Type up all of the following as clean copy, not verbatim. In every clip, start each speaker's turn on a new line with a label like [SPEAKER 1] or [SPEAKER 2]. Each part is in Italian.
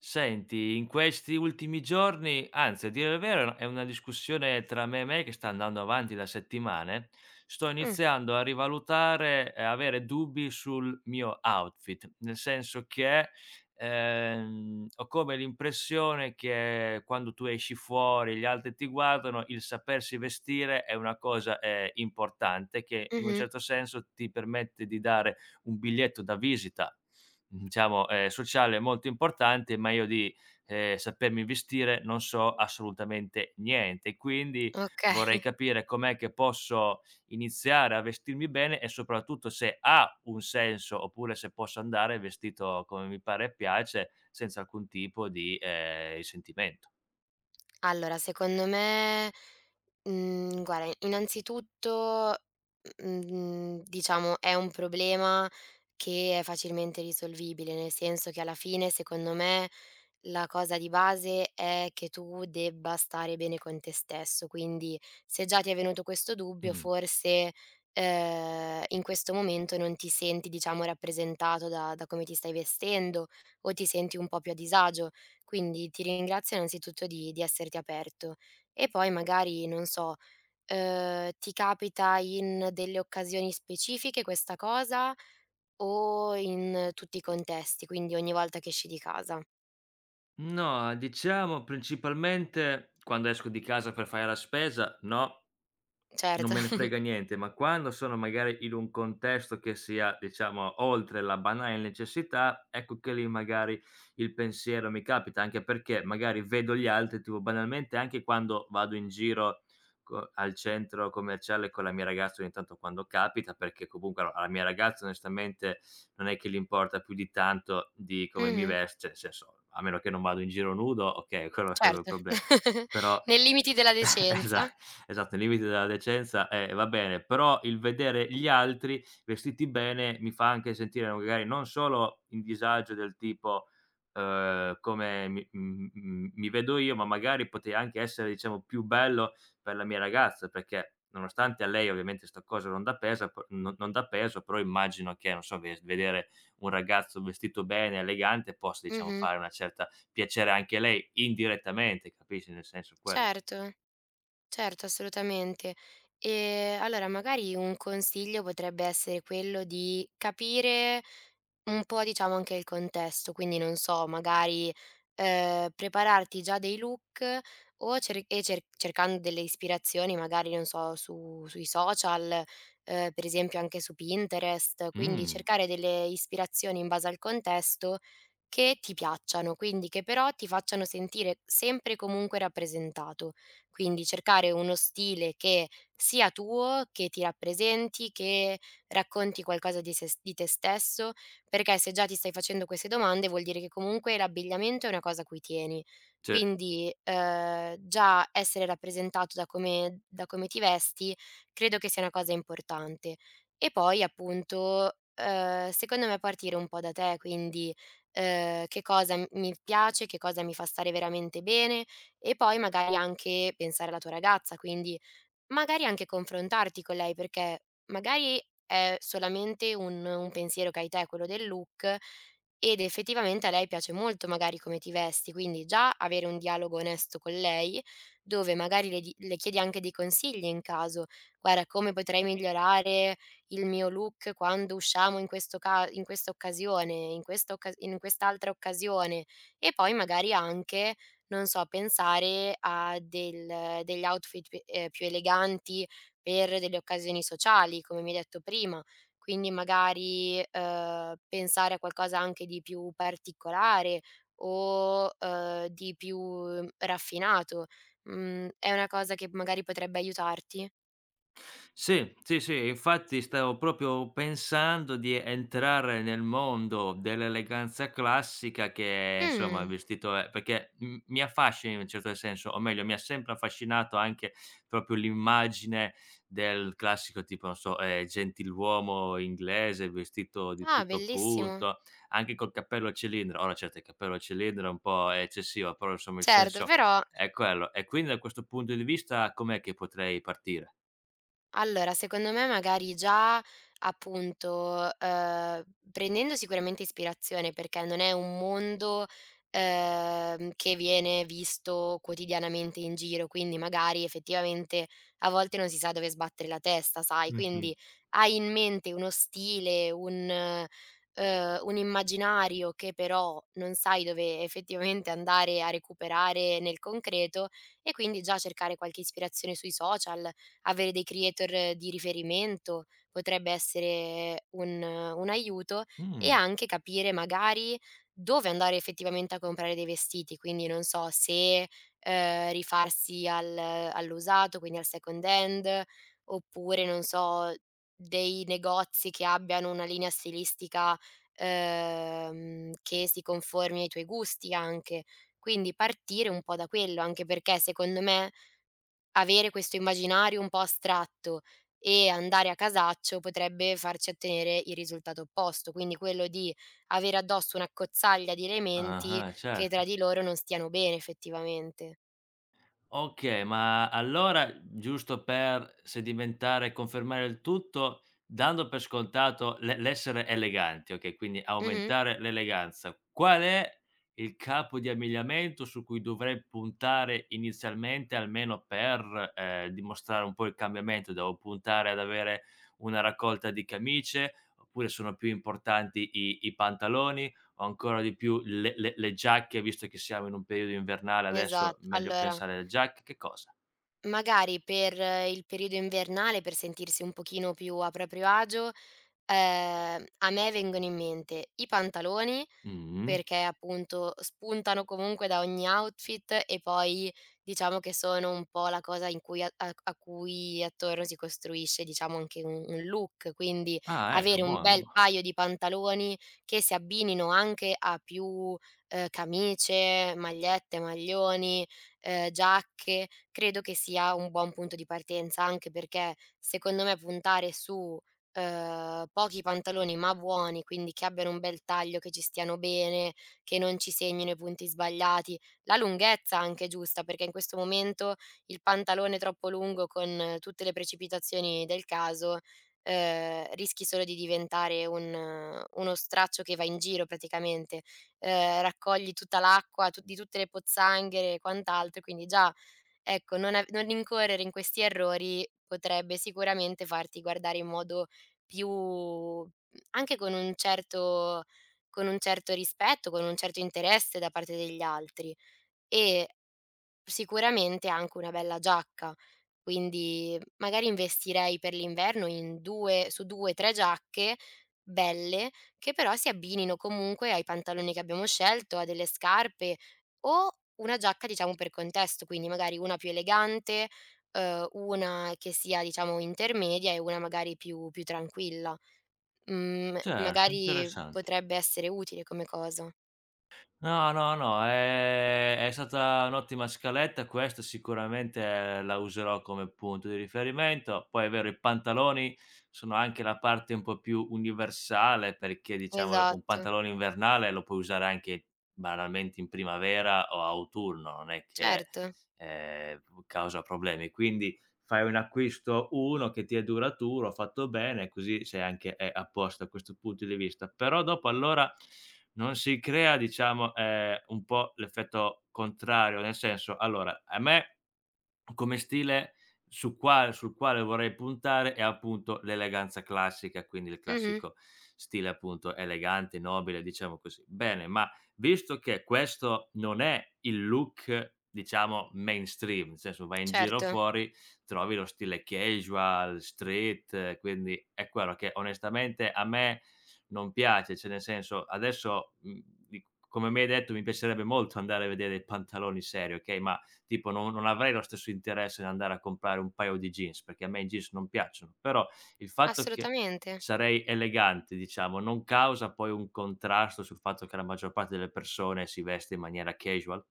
[SPEAKER 1] Senti, in questi ultimi giorni, anzi a dire il vero è una discussione tra me e me che sta andando avanti da settimane, sto
[SPEAKER 2] Mh,
[SPEAKER 1] iniziando a rivalutare e avere dubbi sul mio outfit, nel senso che, ho come l'impressione che quando tu esci fuori, gli altri ti guardano, il sapersi vestire è una cosa, importante che in un
[SPEAKER 2] mh-mh,
[SPEAKER 1] certo senso ti permette di dare un biglietto da visita. Diciamo, sociale molto importante, ma io sapermi vestire non so assolutamente niente e quindi vorrei
[SPEAKER 2] okay.
[SPEAKER 1] capire com'è che posso iniziare a vestirmi bene e soprattutto se ha un senso, oppure se posso andare vestito come mi pare e piace, senza alcun tipo di, risentimento.
[SPEAKER 2] Allora secondo me, guarda innanzitutto, diciamo è un problema che è facilmente risolvibile, nel senso che alla fine secondo me, la cosa di base è che tu debba stare bene con te stesso. Quindi se già ti è venuto questo dubbio,
[SPEAKER 1] Mh.
[SPEAKER 2] forse in questo momento non ti senti, diciamo, rappresentato da come ti stai vestendo, o ti senti un po' più a disagio. Quindi ti ringrazio innanzitutto di esserti aperto. E poi magari, non so, ti capita in delle occasioni specifiche questa cosa o in tutti i contesti, quindi ogni volta che esci di casa?
[SPEAKER 1] No, diciamo principalmente quando esco di casa per fare la spesa, no. Non
[SPEAKER 2] Certo.
[SPEAKER 1] me ne frega niente, ma quando sono magari in un contesto che sia, diciamo, oltre la banale necessità, ecco che lì magari il pensiero mi capita, anche perché magari vedo gli altri, tipo banalmente anche quando vado in giro co al centro commerciale con la mia ragazza ogni tanto quando capita, perché comunque alla mia ragazza onestamente non è che gli importa più di tanto di come mi
[SPEAKER 2] Mh-mh.
[SPEAKER 1] vest cioè nel senso, a meno che non vado in giro nudo, okay, quello non sarebbe un
[SPEAKER 2] Certo.
[SPEAKER 1] problema. Però
[SPEAKER 2] Nei limiti della decenza.
[SPEAKER 1] Esa esatto, i limiti della decenza, va bene, però il vedere gli altri vestiti bene mi fa anche sentire magari non solo in disagio del tipo, come mi m m mi vedo io, ma magari potei anche essere, diciamo, più bello per la mia ragazza, perché nonostante a lei ovviamente 'sta cosa non dà peso, però immagino che, non so, ve vedere un ragazzo vestito bene, elegante, possa, diciamo,
[SPEAKER 2] Mh-mh.
[SPEAKER 1] fare una certa piacere anche a lei indirettamente, capisci, nel senso quello.
[SPEAKER 2] Certo. Certo, assolutamente. Allora magari un consiglio potrebbe essere quello di capire un po', diciamo, anche il contesto, quindi non so, magari, prepararti già dei look, o cercando delle ispirazioni magari, non so, su sui social, per esempio anche su Pinterest. Quindi
[SPEAKER 1] Mh,
[SPEAKER 2] cercare delle ispirazioni in base al contesto che ti piacciano, quindi che però ti facciano sentire sempre e comunque rappresentato. Quindi cercare uno stile che sia tuo, che ti rappresenti, che racconti qualcosa di te stesso, perché se già ti stai facendo queste domande vuol dire che comunque l'abbigliamento è una cosa a cui tieni.
[SPEAKER 1] cioè,
[SPEAKER 2] Quindi, già essere rappresentato da come ti vesti credo che sia una cosa importante. E poi appunto, secondo me partire un po' da te, quindi, che cosa m mi piace, che cosa mi fa stare veramente bene. E poi magari anche pensare alla tua ragazza, quindi magari anche confrontarti con lei, perché magari è solamente un pensiero che hai te, quello del look, ed effettivamente a lei piace molto magari come ti vesti. Quindi già avere un dialogo onesto con lei, dove magari le chiedi anche dei consigli in caso: "Guarda, come potrei migliorare il mio look quando usciamo in questo ca in questa occasione, in quest'altra occasione". E poi magari anche, non so, pensare a del degli outfit pi più eleganti per delle occasioni sociali, come mi hai detto prima. Quindi magari, pensare a qualcosa anche di più particolare o, di più, raffinato. È una cosa che magari potrebbe aiutarti?
[SPEAKER 1] sì, sì, sì, infatti stavo proprio pensando di entrare nel mondo dell'eleganza classica che insomma il
[SPEAKER 2] Mh,
[SPEAKER 1] vestito è perché m mi affascina in un certo senso, o meglio mi ha sempre affascinato anche proprio l'immagine del classico tipo, non so, gentiluomo inglese vestito di
[SPEAKER 2] ah,
[SPEAKER 1] tutto
[SPEAKER 2] bellissimo.
[SPEAKER 1] punto, anche col cappello a cilindro. Ora certo il cappello a cilindro è un po' eccessivo, però insomma il
[SPEAKER 2] Certo,
[SPEAKER 1] senso
[SPEAKER 2] però.
[SPEAKER 1] è quello. E quindi da questo punto di vista com'è che potrei partire?
[SPEAKER 2] Allora, secondo me magari già appunto, prendendo sicuramente ispirazione, perché non è un mondo che viene visto quotidianamente in giro, quindi magari effettivamente a volte non si sa dove sbattere la testa, sai.
[SPEAKER 1] Mh-mh.
[SPEAKER 2] Quindi hai in mente uno stile, un immaginario che però non sai dove effettivamente andare a recuperare nel concreto, e quindi già cercare qualche ispirazione sui social, avere dei creator di riferimento potrebbe essere un aiuto. E
[SPEAKER 1] Mh.
[SPEAKER 2] anche capire magari dove andare effettivamente a comprare dei vestiti, quindi non so se, rifarsi al all'usato, quindi al second hand, oppure non so, dei negozi che abbiano una linea stilistica, che si conformi ai tuoi gusti anche. Quindi partire un po' da quello, anche perché secondo me avere questo immaginario un po' astratto e andare a casaccio potrebbe farci ottenere il risultato opposto, quindi quello di avere addosso una accozzaglia di elementi
[SPEAKER 1] Ah-ah,
[SPEAKER 2] che
[SPEAKER 1] certo.
[SPEAKER 2] tra di loro non stiano bene effettivamente.
[SPEAKER 1] Okay, ma allora, giusto per sedimentare e confermare il tutto, dando per scontato l'essere eleganti, okay, quindi
[SPEAKER 2] Mh-mh.
[SPEAKER 1] aumentare l'eleganza, qual è il capo di abbigliamento su cui dovrei puntare inizialmente, almeno per, dimostrare un po' il cambiamento? Devo puntare ad avere una raccolta di camicie, oppure sono più importanti i pantaloni? Ancora di più le giacche, visto che siamo in un periodo invernale adesso,
[SPEAKER 2] Esatto.
[SPEAKER 1] meglio
[SPEAKER 2] Allora,
[SPEAKER 1] pensare alle giacche. Che cosa?
[SPEAKER 2] magari per il periodo invernale, per sentirsi un pochino più a proprio agio, a me vengono in mente i pantaloni,
[SPEAKER 1] Mh-mh.
[SPEAKER 2] perché appunto spuntano comunque da ogni outfit. E poi diciamo che sono un po' la cosa in cui a cui attorno si costruisce, diciamo, anche un look. Quindi
[SPEAKER 1] Ah, ecco
[SPEAKER 2] avere un
[SPEAKER 1] buono,
[SPEAKER 2] bel
[SPEAKER 1] buono.
[SPEAKER 2] paio di pantaloni che si abbinino anche a più, camicie, magliette, maglioni, giacche, credo che sia un buon punto di partenza, anche perché secondo me puntare su pochi pantaloni ma buoni, quindi che abbiano un bel taglio, che ci stiano bene, che non ci segnino i punti sbagliati, la lunghezza anche giusta, perché in questo momento il pantalone troppo lungo con tutte le precipitazioni del caso, rischi solo di diventare un uno straccio che va in giro praticamente, raccogli tutta l'acqua tu di tutte le pozzanghere e quant'altro, e quindi già, ecco, non incorrere in questi errori potrebbe sicuramente farti guardare in modo più, anche con un certo, con un certo rispetto, con un certo interesse da parte degli altri. E sicuramente anche una bella giacca, quindi magari investirei per l'inverno in 2 su 2, 3 giacche belle, che però si abbinino comunque ai pantaloni che abbiamo scelto, a delle scarpe, o una giacca, diciamo, per contesto, quindi magari una più elegante, una che sia, diciamo, intermedia, e una magari più tranquilla.
[SPEAKER 1] Certo,
[SPEAKER 2] Magari
[SPEAKER 1] interessante.
[SPEAKER 2] potrebbe essere utile come cosa.
[SPEAKER 1] No, no, no, è stata un'ottima scaletta questa, sicuramente, la userò come punto di riferimento. Poi è vero, i pantaloni sono anche la parte un po' più universale perché, diciamo, un
[SPEAKER 2] Esatto,
[SPEAKER 1] pantalone invernale lo puoi usare anche banalmente in primavera o autunno, non è che,
[SPEAKER 2] certo.
[SPEAKER 1] ehm, causa problemi. Quindi fai un acquisto uno che ti è duraturo, fatto bene, così sei anche a posto da questo punto di vista. Però dopo allora non si crea diciamo, un po' l'effetto contrario, nel senso allora a me come stile su quale sul quale vorrei puntare è appunto l'eleganza classica, quindi il
[SPEAKER 2] Mh-mh,
[SPEAKER 1] classico stile appunto elegante, nobile, diciamo così. Bene, ma visto che questo non è il look diciamo mainstream, nel senso vai in giro
[SPEAKER 2] certo.
[SPEAKER 1] fuori, trovi lo stile casual, street, quindi è quello che onestamente a me non piace, cioè nel senso adesso, mhmm, di come mi hai detto mi piacerebbe molto andare a vedere i pantaloni seri, okay, ma tipo non avrei lo stesso interesse nell'andare a comprare un paio di jeans, perché a me i jeans non piacciono, però il fatto che
[SPEAKER 2] Assolutamente.
[SPEAKER 1] sarei elegante, diciamo, non causa poi un contrasto sul fatto che la maggior parte delle persone si veste in maniera casual?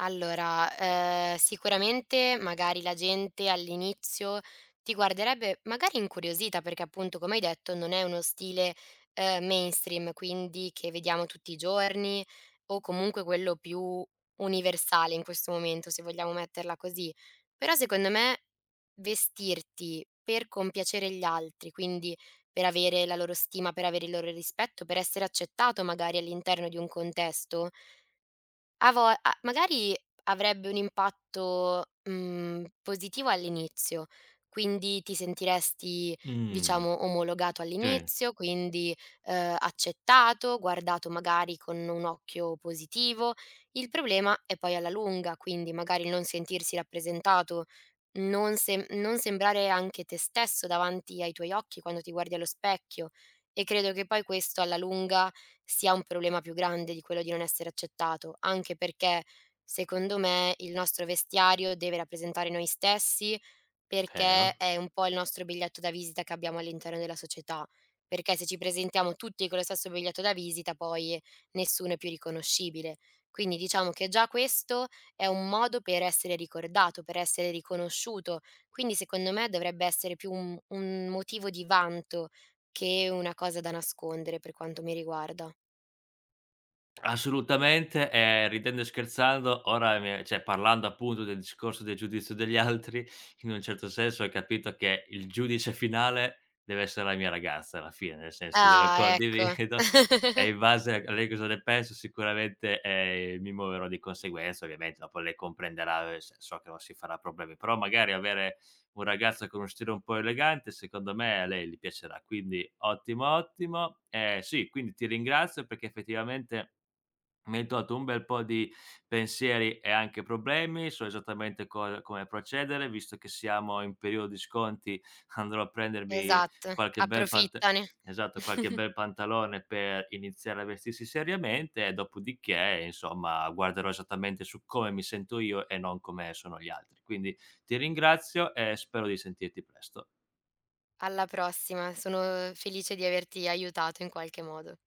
[SPEAKER 2] Allora, sicuramente magari la gente all'inizio ti guarderebbe magari incuriosita, perché appunto, come hai detto, non è uno stile, mainstream, quindi che vediamo tutti i giorni, o comunque quello più universale in questo momento, se vogliamo metterla così. Però secondo me vestirti per compiacere gli altri, quindi per avere la loro stima, per avere il loro rispetto, per essere accettato magari all'interno di un contesto, A vo a magari avrebbe un impatto, positivo all'inizio, quindi ti sentiresti,
[SPEAKER 1] Mh,
[SPEAKER 2] diciamo, omologato
[SPEAKER 1] sì,
[SPEAKER 2] all'inizio, quindi, accettato, guardato magari con un occhio positivo. Il problema è poi alla lunga, quindi magari il non sentirsi rappresentato, non sembrare anche te stesso davanti ai tuoi occhi quando ti guardi allo specchio, e credo che poi questo alla lunga sia un problema più grande di quello di non essere accettato, anche perché secondo me il nostro vestiario deve rappresentare noi stessi, perché
[SPEAKER 1] vero.
[SPEAKER 2] è un po' il nostro biglietto da visita che abbiamo all'interno della società, perché se ci presentiamo tutti con lo stesso biglietto da visita poi nessuno è più riconoscibile. Quindi diciamo che già questo è un modo per essere ricordato, per essere riconosciuto, quindi secondo me dovrebbe essere più un motivo di vanto che una cosa da nascondere, per quanto mi riguarda.
[SPEAKER 1] Assolutamente, ridendo e scherzando ora mi cioè parlando appunto del discorso del giudizio degli altri, in un certo senso hai capito che il giudice finale deve essere la mia ragazza alla fine, nel senso che lo
[SPEAKER 2] Ah, ecco.
[SPEAKER 1] condivido e in base a lei cosa ne pensa sicuramente, mi muoverò di conseguenza. Ovviamente dopo lei comprenderà, s so che non si farà problemi, però magari avere un ragazzo con uno stile un po' elegante secondo me a lei gli piacerà, quindi ottimo, ottimo. Sì, quindi ti ringrazio perché effettivamente mi hai tolto un bel po' di pensieri e anche problemi, so esattamente co come procedere, visto che siamo in periodo di sconti andrò a prendermi
[SPEAKER 2] Esatto,
[SPEAKER 1] qualche bel pant
[SPEAKER 2] approfittane.
[SPEAKER 1] esatto, qualche bel pantalone per iniziare a vestirsi seriamente e dopodiché, insomma, guarderò esattamente su come mi sento io e non come sono gli altri. Quindi ti ringrazio e spero di sentirti presto.
[SPEAKER 2] Alla prossima, sono felice di averti aiutato in qualche modo.